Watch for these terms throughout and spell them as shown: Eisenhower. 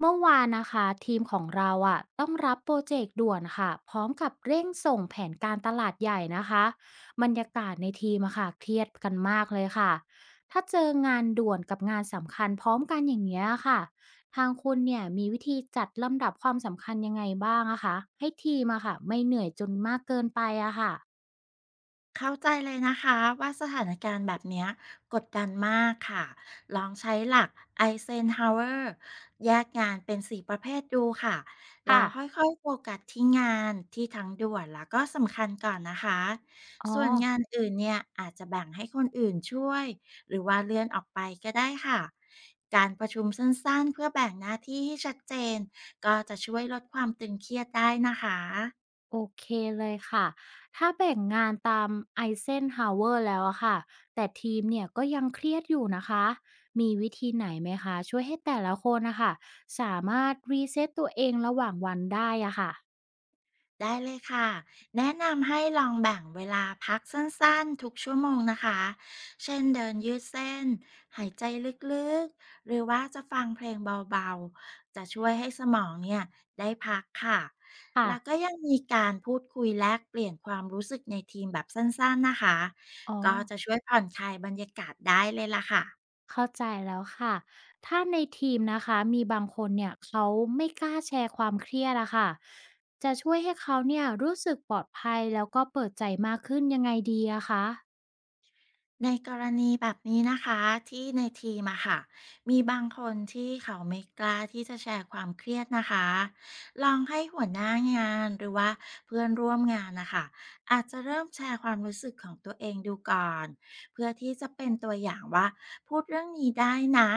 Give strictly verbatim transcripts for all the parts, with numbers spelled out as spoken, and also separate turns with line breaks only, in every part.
เมื่อวานนะคะทีมของเราอะต้องรับโปรเจกต์ด่วนค่ะพร้อมกับเร่งส่งแผนการตลาดใหญ่นะคะบรรยากาศในทีมอะค่ะเครียดกันมากเลยค่ะถ้าเจองานด่วนกับงานสำคัญพร้อมกันอย่างเงี้ยค่ะทางคุณเนี่ยมีวิธีจัดลำดับความสำคัญยังไงบ้างอะคะให้ทีมอะค่ะไม่เหนื่อยจนมากเกินไปอะค่ะ
เข้าใจเลยนะคะว่าสถานการณ์แบบเนี้ยกดดันมากค่ะลองใช้หลัก ไอเซนฮาวร์ แยกงานเป็นสี่ประเภทดูค่ะแล้
ค่ะ
วค่อยๆโฟกัสที่งานที่ทั้งด่วนแล้วก็สำคัญก่อนนะคะ
อ๋อ
ส่วนงานอื่นเนี่ยอาจจะแบ่งให้คนอื่นช่วยหรือว่าเลื่อนออกไปก็ได้ค่ะการประชุมสั้นๆเพื่อแบ่งหน้าที่ให้ชัดเจนก็จะช่วยลดความตึงเครียดได้นะคะ
โอเคเลยค่ะ ถ้าแบ่งงานตาม ไอเซนฮาวร์ แล้วอะค่ะ แต่ทีมเนี่ยก็ยังเครียดอยู่นะคะ มีวิธีไหนไหมคะ ช่วยให้แต่ละคนนะคะสามารถรีเซ็ตตัวเองระหว่างวันได้อะค่ะ
ได้เลยค่ะแนะนำให้ลองแบ่งเวลาพักสั้นๆทุกชั่วโมงนะคะเช่นเดินยืดเส้นหายใจลึกๆหรือว่าจะฟังเพลงเบาๆจะช่วยให้สมองเนี่ยได้พักค่ะ
ค่ะ
แล้วก็ยังมีการพูดคุยแลกเปลี่ยนความรู้สึกในทีมแบบสั้นๆนะคะ
อ๋อ
ก็จะช่วยผ่อนคลายบรรยากาศได้เลยล่ะค่ะ
เข้าใจแล้วค่ะ ถ้าในทีมนะคะมีบางคนเนี่ยเขาไม่กล้าแชร์ความเครียดอะค่ะจะช่วยให้เขาเนี่ยรู้สึกปลอดภัยแล้วก็เปิดใจมากขึ้นยังไงดีอะคะ
ในกรณีแบบนี้นะคะที่ในทีมอะค่ะมีบางคนที่เขาไม่กล้าที่จะแชร์ความเครียดนะคะลองให้หัวหน้างานหรือว่าเพื่อนร่วมงานนะคะอาจจะเริ่มแชร์ความรู้สึกของตัวเองดูก่อนเพื่อที่จะเป็นตัวอย่างว่าพูดเรื่องนี้ได้นะ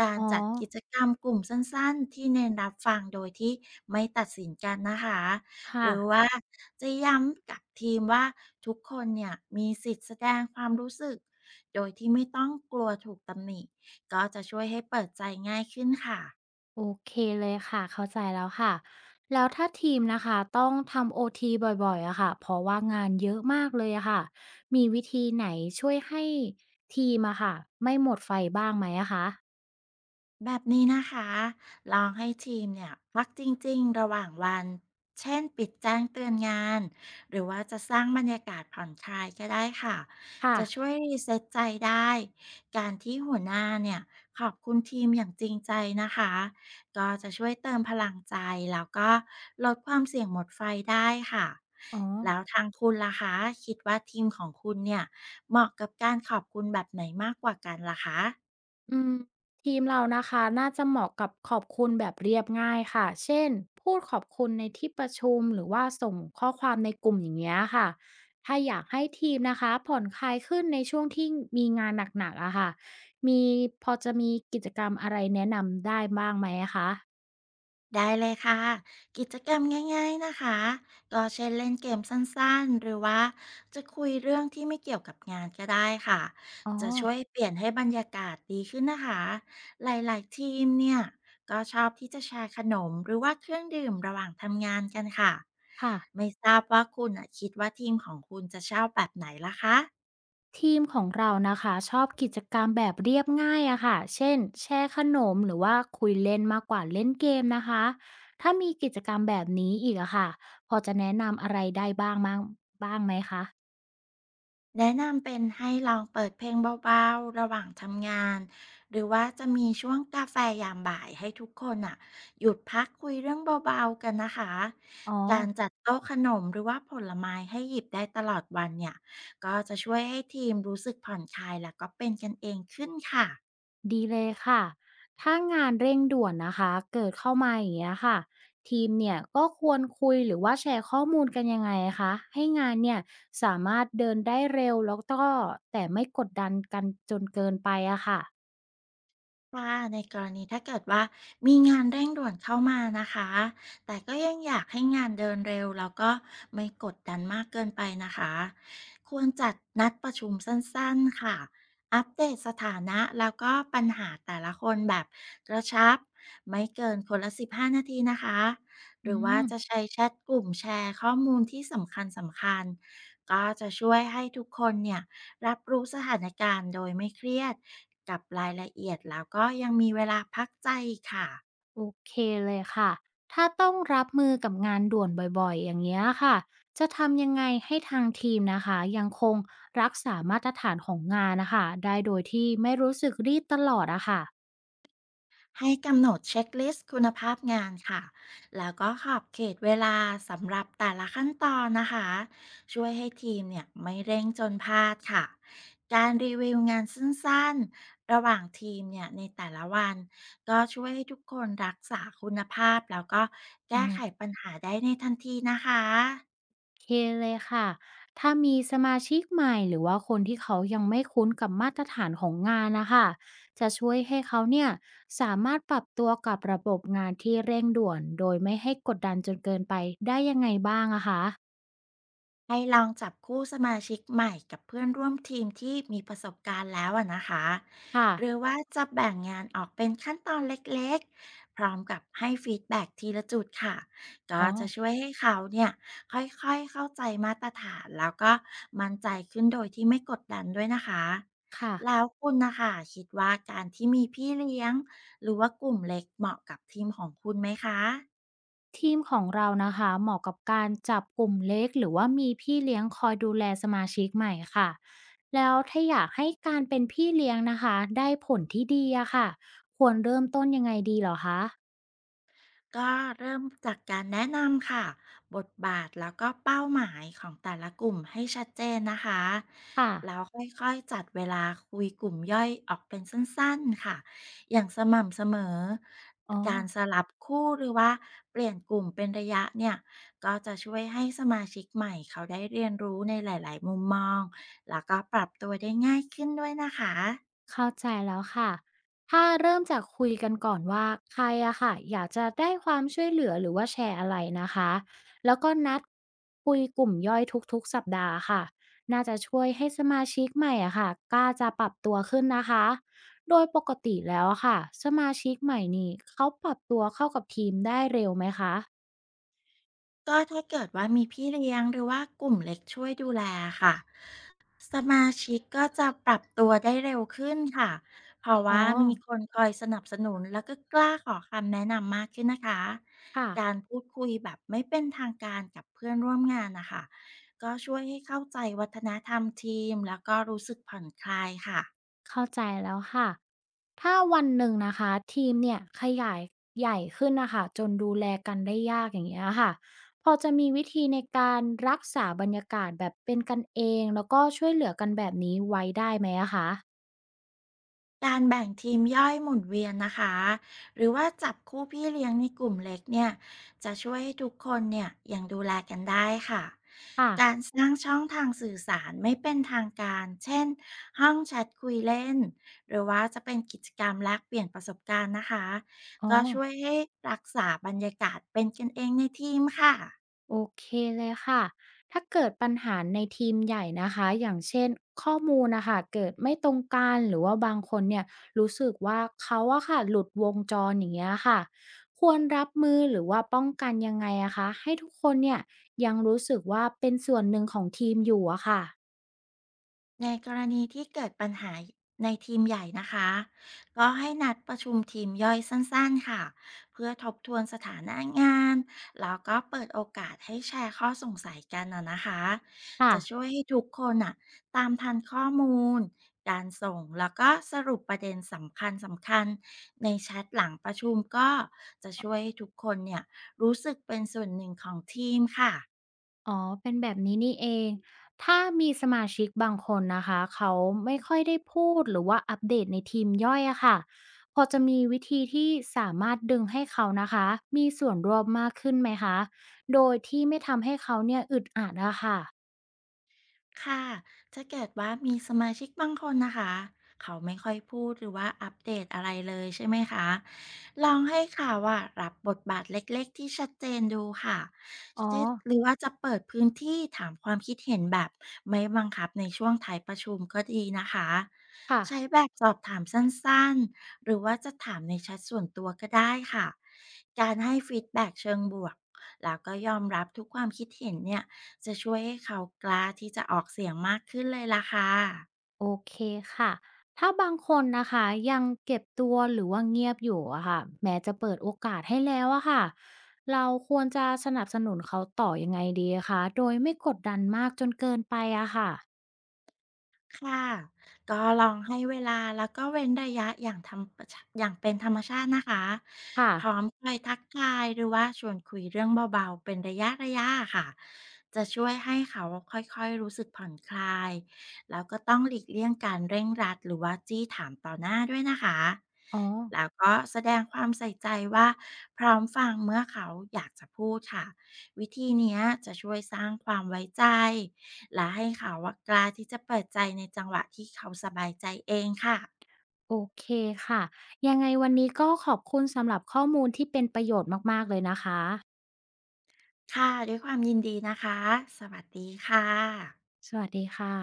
การ
อ๋อ
จัดกิจกรรมกลุ่มสั้นๆที่เน้นรับฟังโดยที่ไม่ตัดสินกันนะคะ ห
ค่ะ
รือว่าจะย้ำกับทีมว่าทุกคนเนี่ยมีสิทธิ์แสดงความรู้สึกโดยที่ไม่ต้องกลัวถูกตำหนิก็จะช่วยให้เปิดใจง่ายขึ้นค่ะ
โอเคเลยค่ะเข้าใจแล้วค่ะแล้วถ้าทีมนะคะต้องทำโอทีบ่อยๆอะค่ะเพราะว่างานเยอะมากเลยอะค่ะมีวิธีไหนช่วยให้ทีมอะค่ะไม่หมดไฟบ้างไหมอะคะ
แบบนี้นะคะลองให้ทีมเนี่ยพักจริงๆระหว่างวันเช่นปิดแจ้งเตือนงานหรือว่าจะสร้างบรรยากาศผ่อนคลายก็ได้ค่ะ
ค่ะ
จะช่วยรีเซ็ตใจได้การที่หัวหน้าเนี่ยขอบคุณทีมอย่างจริงใจนะคะก็จะช่วยเติมพลังใจแล้วก็ลดความเสี่ยงหมดไฟได้ค่ะ
อ๋อ
แล้วทางคุณล่ะคะคิดว่าทีมของคุณเนี่ยเหมาะกับการขอบคุณแบบไหนมากกว่ากันล่ะคะ
อืมทีมเรานะคะน่าจะเหมาะกับขอบคุณแบบเรียบง่ายค่ะเช่นพูดขอบคุณในที่ประชุมหรือว่าส่งข้อความในกลุ่มอย่างเงี้ยค่ะถ้าอยากให้ทีมนะคะผ่อนคลายขึ้นในช่วงที่มีงานหนักๆอะค่ะมีพอจะมีกิจกรรมอะไรแนะนำได้บ้างไหมคะ
ได้เลยค่ะกิจกรรมง่ายๆนะคะก็เช่นเล่นเกมสั้นๆหรือว่าจะคุยเรื่องที่ไม่เกี่ยวกับงานก็ได้ค่ะ
อ๋อ
จะช่วยเปลี่ยนให้บรรยากาศดีขึ้นนะคะหลายๆทีมเนี่ยก็ชอบที่จะแชร์ขนมหรือว่าเครื่องดื่มระหว่างทำงานกันค่ะ
ค่ะ
ไม่ทราบว่าคุณอะคิดว่าทีมของคุณจะชอบแบบไหนล่ะคะ
ทีมของเรานะคะชอบกิจกรรมแบบเรียบง่ายอะค่ะเช่นแชร์ขนมหรือว่าคุยเล่นมากกว่าเล่นเกมนะคะถ้ามีกิจกรรมแบบนี้อีกอะค่ะพอจะแนะนำอะไรได้บ้างบ้างบ้างไหมคะ
แนะนำเป็นให้ลองเปิดเพลงเบาๆ ระหว่างทำงาน หรือว่าจะมีช่วงกาแฟยามบ่ายให้ทุกคนอ่ะหยุดพักคุยเรื่องเบาๆกันนะคะ
อ๋อ
การจัดโต๊ะขนมหรือว่าผลไม้ให้หยิบได้ตลอดวันเนี่ยก็จะช่วยให้ทีมรู้สึกผ่อนคลายแล้วก็เป็นกันเองขึ้นค่ะ
ดีเลยค่ะถ้างานเร่งด่วนนะคะเกิดเข้ามาอย่างเงี้ยค่ะทีมเนี่ยก็ควรคุยหรือว่าแชร์ข้อมูลกันยังไงคะให้งานเนี่ยสามารถเดินได้เร็วแล้วก็แต่ไม่กดดันกันจนเกินไปอะค่ะ
ค่ะในกรณีถ้าเกิดว่ามีงานเร่งด่วนเข้ามานะคะแต่ก็ยังอยากให้งานเดินเร็วแล้วก็ไม่กดดันมากเกินไปนะคะควรจัดนัดประชุมสั้นๆค่ะอัปเดตสถานะแล้วก็ปัญหาแต่ละคนแบบกระชับไม่เกินคนละสิบห้านาทีนะคะห
อื
รือว่าจะ
ม
ใช้แชทกลุ่มแชร์ข้อมูลที่สำคัญสำคัญก็จะช่วยให้ทุกคนเนี่ย รับรู้สถานการณ์โดยไม่เครียดกับรายละเอียดแล้วก็ยังมีเวลาพักใจค่ะ
โอเคเลยค่ะถ้าต้องรับมือกับงานด่วนบ่อยๆอย่างเงี้ยค่ะจะทำยังไงให้ทางทีมนะคะยังคงรักษามาตรฐานของงานนะคะได้โดยที่ไม่รู้สึกรีบตลอดอะค่ะ
ให้กำหนดเช็คลิสต์คุณภาพงานค่ะแล้วก็ขอบเขตเวลาสำหรับแต่ละขั้นตอนนะคะช่วยให้ทีมเนี่ยไม่เร่งจนพลาดค่ะการรีวิวงานสั้น ๆ ระหว่างทีมเนี่ยในแต่ละวันก็ช่วยให้ทุกคนรักษาคุณภาพแล้วก็แก้ไข
โอ
ปัญหาได้ในทันทีนะคะ
เคเลยค่ะถ้ามีสมาชิกใหม่หรือว่าคนที่เขายังไม่คุ้นกับมาตรฐานของงานนะคะจะช่วยให้เขาเนี่ยสามารถปรับตัวกับระบบงานที่เร่งด่วนโดยไม่ให้กดดันจนเกินไปได้ยังไงบ้างอะคะ
ให้ลองจับคู่สมาชิกใหม่กับเพื่อนร่วมทีมที่มีประสบการณ์แล้วอะนะคะ
ค่ะ
หรือว่าจะแบ่งงานออกเป็นขั้นตอนเล็กๆพร้อมกับให้ฟีดแบ็กทีละจุดค่ะก็
อ๋อ
จะช่วยให้เขาเนี่ยค่อยๆเข้าใจมาตรฐานแล้วก็มั่นใจขึ้นโดยที่ไม่กดดันด้วยนะคะ
ค่ะ
แล้วคุณนะคะคิดว่าการที่มีพี่เลี้ยงหรือว่ากลุ่มเล็กเหมาะกับทีมของคุณไหมคะ
ทีมของเรานะคะเหมาะกับการจับกลุ่มเล็กหรือว่ามีพี่เลี้ยงคอยดูแลสมาชิกใหม่ค่ะแล้วถ้าอยากให้การเป็นพี่เลี้ยงนะคะได้ผลที่ดีอะค่ะควรเริ่มต้นยังไงดีเหรอคะ
ก็เริ่มจากการแนะนำค่ะบทบาทแล้วก็เป้าหมายของแต่ละกลุ่มให้ชัดเจนนะคะ
ค่ะ
แล้วค่อยๆจัดเวลาคุยกลุ่มย่อยออกเป็นสั้นๆค่ะอย่างสม่ำเสมอ
อ๋อ
การสลับคู่หรือว่าเปลี่ยนกลุ่มเป็นระยะเนี่ยก็จะช่วยให้สมาชิกใหม่เขาได้เรียนรู้ในหลายๆมุมมองแล้วก็ปรับตัวได้ง่ายขึ้นด้วยนะคะ
เข้าใจแล้วค่ะ ถ้าเริ่มจากคุยกันก่อนว่าใครอะค่ะอยากจะได้ความช่วยเหลือหรือว่าแชร์อะไรนะคะแล้วก็นัดคุยกลุ่มย่อยทุกๆสัปดาห์ค่ะน่าจะช่วยให้สมาชิกใหม่อะค่ะกล้าจะปรับตัวขึ้นนะคะโดยปกติแล้วอะค่ะสมาชิกใหม่นี่เขาปรับตัวเข้ากับทีมได้เร็วไหมคะ
ก็ถ้าเกิดว่ามีพี่เลี้ยงหรือว่ากลุ่มเล็กช่วยดูแลค่ะสมาชิกก็จะปรับตัวได้เร็วขึ้นค่ะเพราะ
อ๋อ
ว่ามีคนคอยสนับสนุนแล้วก็กล้าขอคำแนะนำมากขึ้นนะคะ
ค่ะ
การพูดคุยแบบไม่เป็นทางการกับเพื่อนร่วมงานนะคะก็ช่วยให้เข้าใจวัฒนธรรมทีมแล้วก็รู้สึกผ่อนคลายค่ะ
เข้าใจแล้วค่ะถ้าวันหนึ่งนะคะทีมเนี่ยขยายใหญ่ขึ้นนะคะจนดูแลกันได้ยากอย่างเงี้ยค่ะพอจะมีวิธีในการรักษาบรรยากาศแบบเป็นกันเองแล้วก็ช่วยเหลือกันแบบนี้ไว้ได้ไหมอะคะ
การแบ่งทีมย่อยหมุนเวียนนะคะหรือว่าจับคู่พี่เลี้ยงในกลุ่มเล็กเนี่ยจะช่วยให้ทุกคนเนี่ยยังดูแลกันได้ค่ะ
ค่ะ
การสร้างช่องทางสื่อสารไม่เป็นทางการเช่นห้องแชทคุยเล่นหรือว่าจะเป็นกิจกรรมแลกเปลี่ยนประสบการณ์นะคะ
อ๋อ
ก็ช่วยให้รักษาบรรยากาศเป็นกันเองในทีมค่ะ
โอเคเลยค่ะถ้าเกิดปัญหาในทีมใหญ่นะคะอย่างเช่นข้อมูลนะคะเกิดไม่ตรงกันหรือว่าบางคนเนี่ยรู้สึกว่าเขาอะค่ะหลุดวงจรอย่างเงี้ยค่ะควรรับมือหรือว่าป้องกันยังไงอะคะ ให้ทุกคนเนี่ยยังรู้สึกว่าเป็นส่วนหนึ่งของทีมอยู่อะค่ะ
ในกรณีที่เกิดปัญหาในทีมใหญ่นะคะก็ให้นัดประชุมทีมย่อยสั้นๆค่ะเพื่อทบทวนสถานะงานแล้วก็เปิดโอกาสให้แชร์ข้อสงสัยกันนะนะคะ
ค่ะ
จะช่วยให้ทุกคนอ่ะตามทันข้อมูลการส่งแล้วก็สรุปประเด็นสำคัญสำคัญในแชทหลังประชุมก็จะช่วยให้ทุกคนเนี่ยรู้สึกเป็นส่วนหนึ่งของทีมค่ะ
อ๋อ เป็นแบบนี้นี่เอง ถ้ามีสมาชิกบางคนนะคะ เขาไม่ค่อยได้พูดหรือว่าอัปเดตในทีมย่อยอะค่ะพอจะมีวิธีที่สามารถดึงให้เขานะคะ มีส่วนร่วมมากขึ้นไหมคะ โดยที่ไม่ทำให้เขาเนี่ยอึดอัดอะค่ะ
ค่ะถ้าเกิดว่ามีสมาชิกบางคนนะคะเขาไม่ค่อยพูดหรือว่าอัปเดตอะไรเลยใช่ไหมคะลองให้ค่ะว่ารับบทบาทเล็กๆที่ชัดเจนดูค่ะ
อ๋อ
เช่นหรือว่าจะเปิดพื้นที่ถามความคิดเห็นแบบไม่บังคับในช่วงท้ายประชุมก็ดีนะคะ
ค่ะ
ใช้แบบสอบถามสั้นๆหรือว่าจะถามในแชทส่วนตัวก็ได้ค่ะการให้ฟีดแบ็กเชิงบวกแล้วก็ยอมรับทุกความคิดเห็นเนี่ย จะช่วยให้เขากล้าที่จะออกเสียงมากขึ้นเลยล่ะค่ะ
โอเคค่ะ ถ้าบางคนนะคะยังเก็บตัวหรือว่าเงียบอยู่อะค่ะแม้จะเปิดโอกาสให้แล้วอะค่ะ เราควรจะสนับสนุนเขาต่อยังไงดีคะ โดยไม่กดดันมากจนเกินไปอะค่ะ
ค่ะก็ลองให้เวลาแล้วก็เว้นระยะอย่างธรรมประชอย่างเป็นธรรมชาตินะคะ
ค่ะ
พร้อมคอยทักทายหรือว่าชวนคุยเรื่องเบาๆเป็นระยะระยะค่ะจะช่วยให้เขาค่อยๆรู้สึกผ่อนคลายแล้วก็ต้องหลีกเลี่ยงการเร่งรัดหรือว่าจี้ถามต่อหน้าด้วยนะคะ
อ๋อ
แล้วก็แสดงความใส่ใจว่าพร้อมฟังเมื่อเขาอยากจะพูดค่ะวิธีเนี้ยจะช่วยสร้างความไว้ใจ และให้เขาว่ะกล้าที่จะเปิดใจในจังหวะที่เขาสบายใจเองค่ะ
โอเคค่ะ ยังไงวันนี้ก็ขอบคุณสำหรับข้อมูลที่เป็นประโยชน์มากๆเลยนะคะ
ค่ะด้วยความยินดีนะคะ สวัสดีค่ะ
สวัสดีค่ะ